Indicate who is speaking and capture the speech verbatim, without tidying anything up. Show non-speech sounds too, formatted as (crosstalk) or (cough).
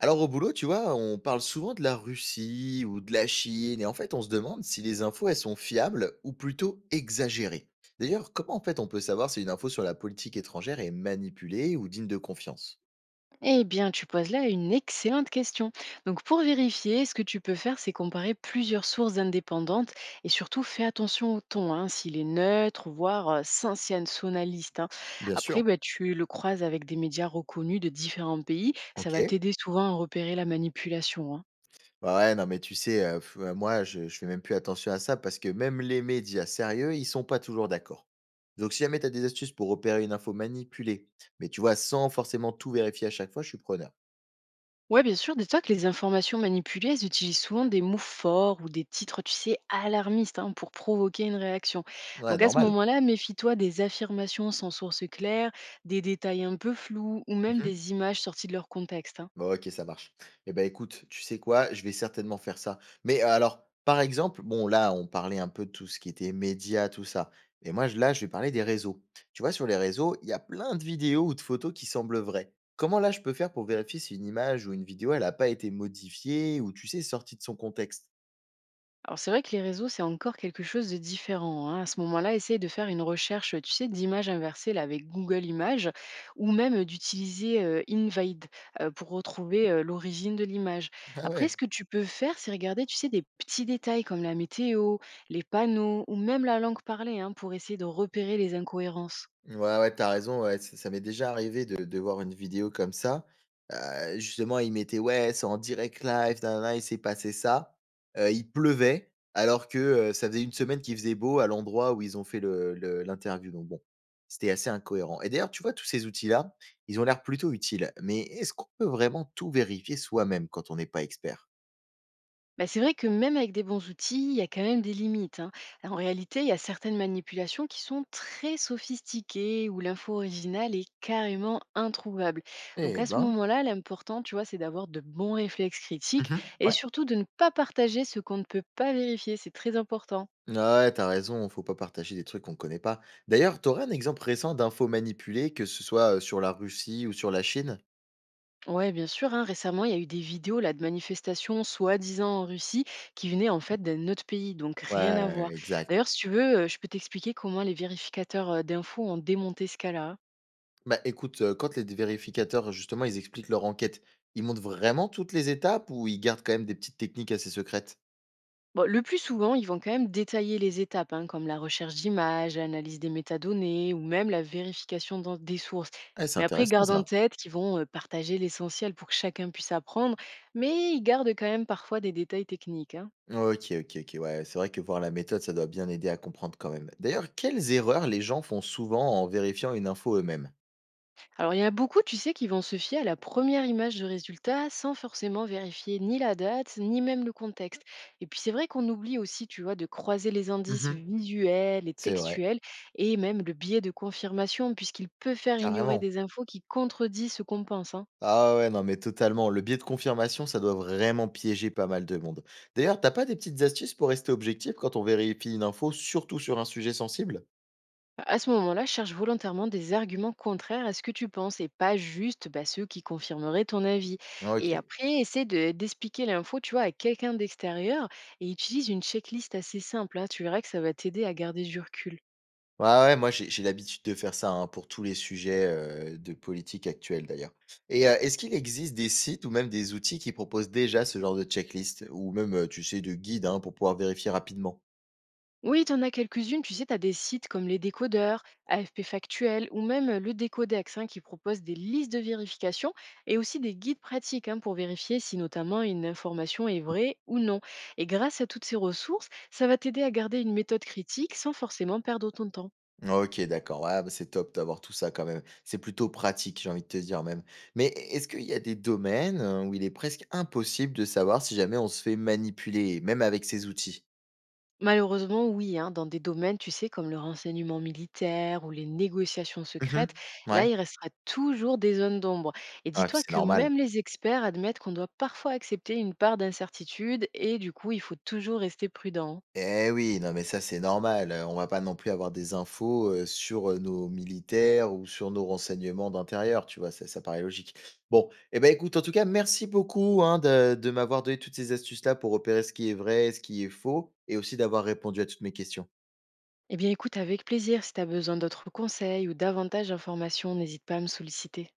Speaker 1: Alors au boulot, tu vois, on parle souvent de la Russie ou de la Chine, et en fait, on se demande si les infos, elles sont fiables ou plutôt exagérées. D'ailleurs, comment en fait on peut savoir si une info sur la politique étrangère est manipulée ou digne de confiance.
Speaker 2: Eh bien, tu poses là une excellente question. Donc, pour vérifier, ce que tu peux faire, c'est comparer plusieurs sources indépendantes et surtout fais attention au ton, hein, s'il est neutre, voire euh, sincère, hein.
Speaker 1: Bien sûr.
Speaker 2: Après, bah, tu le croises avec des médias reconnus de différents pays, ça va
Speaker 1: Ok.
Speaker 2: t'aider souvent à repérer la manipulation, hein.
Speaker 1: Bah ouais, non mais tu sais, euh, pff, euh, moi, je, je fais même plus attention à ça parce que même les médias sérieux, ils sont pas toujours d'accord. Donc si jamais tu as des astuces pour opérer une info manipulée, mais tu vois, sans forcément tout vérifier à chaque fois, je suis preneur.
Speaker 2: Ouais, bien sûr, dis-toi que les informations manipulées, elles utilisent souvent des mots forts ou des titres, tu sais, alarmistes, hein, pour provoquer une réaction.
Speaker 1: Ouais,
Speaker 2: Donc à ce
Speaker 1: normal.
Speaker 2: moment-là, méfie-toi des affirmations sans source claire, des détails un peu flous ou même des images sorties de leur contexte, hein.
Speaker 1: Bah, OK, ça marche. Et ben, écoute, tu sais quoi? Je vais certainement faire ça. Mais euh, alors, par exemple, bon là, on parlait un peu de tout ce qui était médias, tout ça. Et moi, je là, je vais parler des réseaux. Tu vois, sur les réseaux, il y a plein de vidéos ou de photos qui semblent vraies. Comment là, je peux faire pour vérifier si une image ou une vidéo, elle a pas été modifiée ou tu sais, sortie de son contexte?
Speaker 2: Alors c'est vrai que les réseaux, c'est encore quelque chose de différent, hein. À ce moment-là, essaye de faire une recherche, tu sais, d'image inversée là, avec Google Images ou même d'utiliser euh, Invade euh, pour retrouver euh, l'origine de l'image.
Speaker 1: (laughs) Ah
Speaker 2: Après, ce
Speaker 1: ouais.
Speaker 2: que tu peux faire, c'est regarder, tu sais, des petits détails comme la météo, les panneaux ou même la langue parlée, hein, pour essayer de repérer les incohérences.
Speaker 1: Ouais, ouais, t'as raison, ouais, ça ça m'est déjà arrivé de de voir une vidéo comme ça. Heu, justement, ils mettaient: «Ouais, c'est en direct live, na na il s'est passé ça». Heu, il pleuvait alors que, heu, ça faisait une semaine qu'il faisait beau à l'endroit où ils ont fait le le l'interview donc bon, c'était assez incohérent et d'ailleurs, tu vois, tous ces outils-là, ils ont l'air plutôt utiles, mais est-ce qu'on peut vraiment tout vérifier soi-même quand on n'est pas expert?
Speaker 2: Bah, c'est vrai que même avec des bons outils, il y a quand même des limites, hein. En réalité, il y a certaines manipulations qui sont très sophistiquées, où l'info originale est carrément introuvable. Donc
Speaker 1: Eh
Speaker 2: à ce
Speaker 1: ben.
Speaker 2: moment-là, l'important, tu vois, c'est d'avoir de bons réflexes critiques
Speaker 1: Mmh.
Speaker 2: et
Speaker 1: Ouais.
Speaker 2: surtout de ne pas partager ce qu'on ne peut pas vérifier. C'est très important.
Speaker 1: Ah ouais, t'as raison, faut pas partager des trucs qu'on connaît pas. D'ailleurs, tu aurais un exemple récent d'infos manipulées, que ce soit, heu, sur la Russie ou sur la Chine?
Speaker 2: Ouais, bien sûr, hein. Récemment, il y a eu des vidéos là, de manifestations soi-disant en Russie qui venaient en fait d'un autre pays, donc rien à voir.
Speaker 1: Ouais, exact.
Speaker 2: D'ailleurs, si tu veux, euh, je peux t'expliquer comment les vérificateurs euh, d'infos ont démonté ce cas-là, hein.
Speaker 1: Bah, écoute, heu, quand les vérificateurs, justement, ils expliquent leur enquête, ils montrent vraiment toutes les étapes ou ils gardent quand même des petites techniques assez secrètes?
Speaker 2: Bon, le plus souvent, ils vont quand même détailler les étapes, hein, comme la recherche d'images, l'analyse des métadonnées ou même la vérification dans- des sources.
Speaker 1: Ah, c'est
Speaker 2: Mais après,
Speaker 1: intéressant
Speaker 2: garde en
Speaker 1: ça.
Speaker 2: tête qu'ils vont euh, partager l'essentiel pour que chacun puisse apprendre, mais ils gardent quand même parfois des détails techniques, hein.
Speaker 1: OK, OK, OK, ouais, c'est vrai que voir la méthode, ça doit bien aider à comprendre quand même. D'ailleurs, quelles erreurs les gens font souvent en vérifiant une info eux-mêmes?
Speaker 2: Alors, il y en a beaucoup, tu sais, qui vont se fier à la première image de résultat sans forcément vérifier ni la date, ni même le contexte. Et puis, c'est vrai qu'on oublie aussi, tu vois, de croiser les indices
Speaker 1: Mmh.
Speaker 2: visuels et
Speaker 1: C'est vrai,
Speaker 2: textuels et même le biais de confirmation, puisqu'il peut faire ignorer
Speaker 1: carrément.
Speaker 2: des infos qui contredisent ce qu'on pense, hein.
Speaker 1: Ah ouais, non, mais totalement. Le biais de confirmation, ça doit vraiment piéger pas mal de monde. D'ailleurs, t'as pas des petites astuces pour rester objectif quand on vérifie une info, surtout sur un sujet sensible?
Speaker 2: À ce moment-là, cherche volontairement des arguments contraires à ce que tu penses et pas juste bah, ceux qui confirmeraient ton avis.
Speaker 1: Ah,
Speaker 2: Et
Speaker 1: Ok.
Speaker 2: après, essaie de- d'expliquer l'info, tu vois, à quelqu'un d'extérieur et utilise une checklist assez simple, hein. Tu verras que ça va t'aider à garder du recul.
Speaker 1: Ouais, ouais, moi j'ai j'ai l'habitude de faire ça hein, pour tous les sujets euh, de politique actuelle d'ailleurs. Et euh, est-ce qu'il existe des sites ou même des outils qui proposent déjà ce genre de checklist ou même, euh, tu sais, de guide hein, pour pouvoir vérifier rapidement?
Speaker 2: Oui, t'en as quelques-unes. Tu sais, t'as des sites comme les décodeurs, A F P Factuel ou même euh, le Décodex, hein, qui propose des listes de vérification et aussi des guides pratiques, hein, pour vérifier si notamment une information est vraie ou non. Et grâce à toutes ces ressources, ça va t'aider à garder une méthode critique sans forcément perdre autant de temps.
Speaker 1: OK, d'accord. Ouais, bah, c'est top d'avoir tout ça quand même. C'est plutôt pratique, j'ai envie de te dire même. Mais est-ce qu'il y a des domaines euh, où il est presque impossible de savoir si jamais on se fait manipuler, même avec ces outils?
Speaker 2: Malheureusement, oui, hein, dans des domaines, tu sais, comme le renseignement militaire ou les négociations
Speaker 1: Mmh.
Speaker 2: secrètes,
Speaker 1: Ouais.
Speaker 2: là, il restera toujours des zones d'ombre. Et
Speaker 1: Ouais, puis
Speaker 2: dis-toi
Speaker 1: c'est
Speaker 2: que
Speaker 1: normal.
Speaker 2: même les experts admettent qu'on doit parfois accepter une part d'incertitude et du coup, il faut toujours rester prudent.
Speaker 1: Eh oui, non mais ça c'est normal. Euh, On va pas non plus avoir des infos euh, sur euh, nos militaires ou sur nos renseignements d'intérieur, tu vois, ça, ça paraît logique. Bon, eh ben écoute, en tout cas, merci beaucoup hein, de, de m'avoir donné toutes ces astuces-là pour repérer ce qui est vrai, ce qui est faux, et aussi d'avoir répondu à toutes mes questions.
Speaker 2: Eh bien, écoute, avec plaisir, si tu as besoin d'autres conseils ou davantage d'informations, n'hésite pas à me solliciter.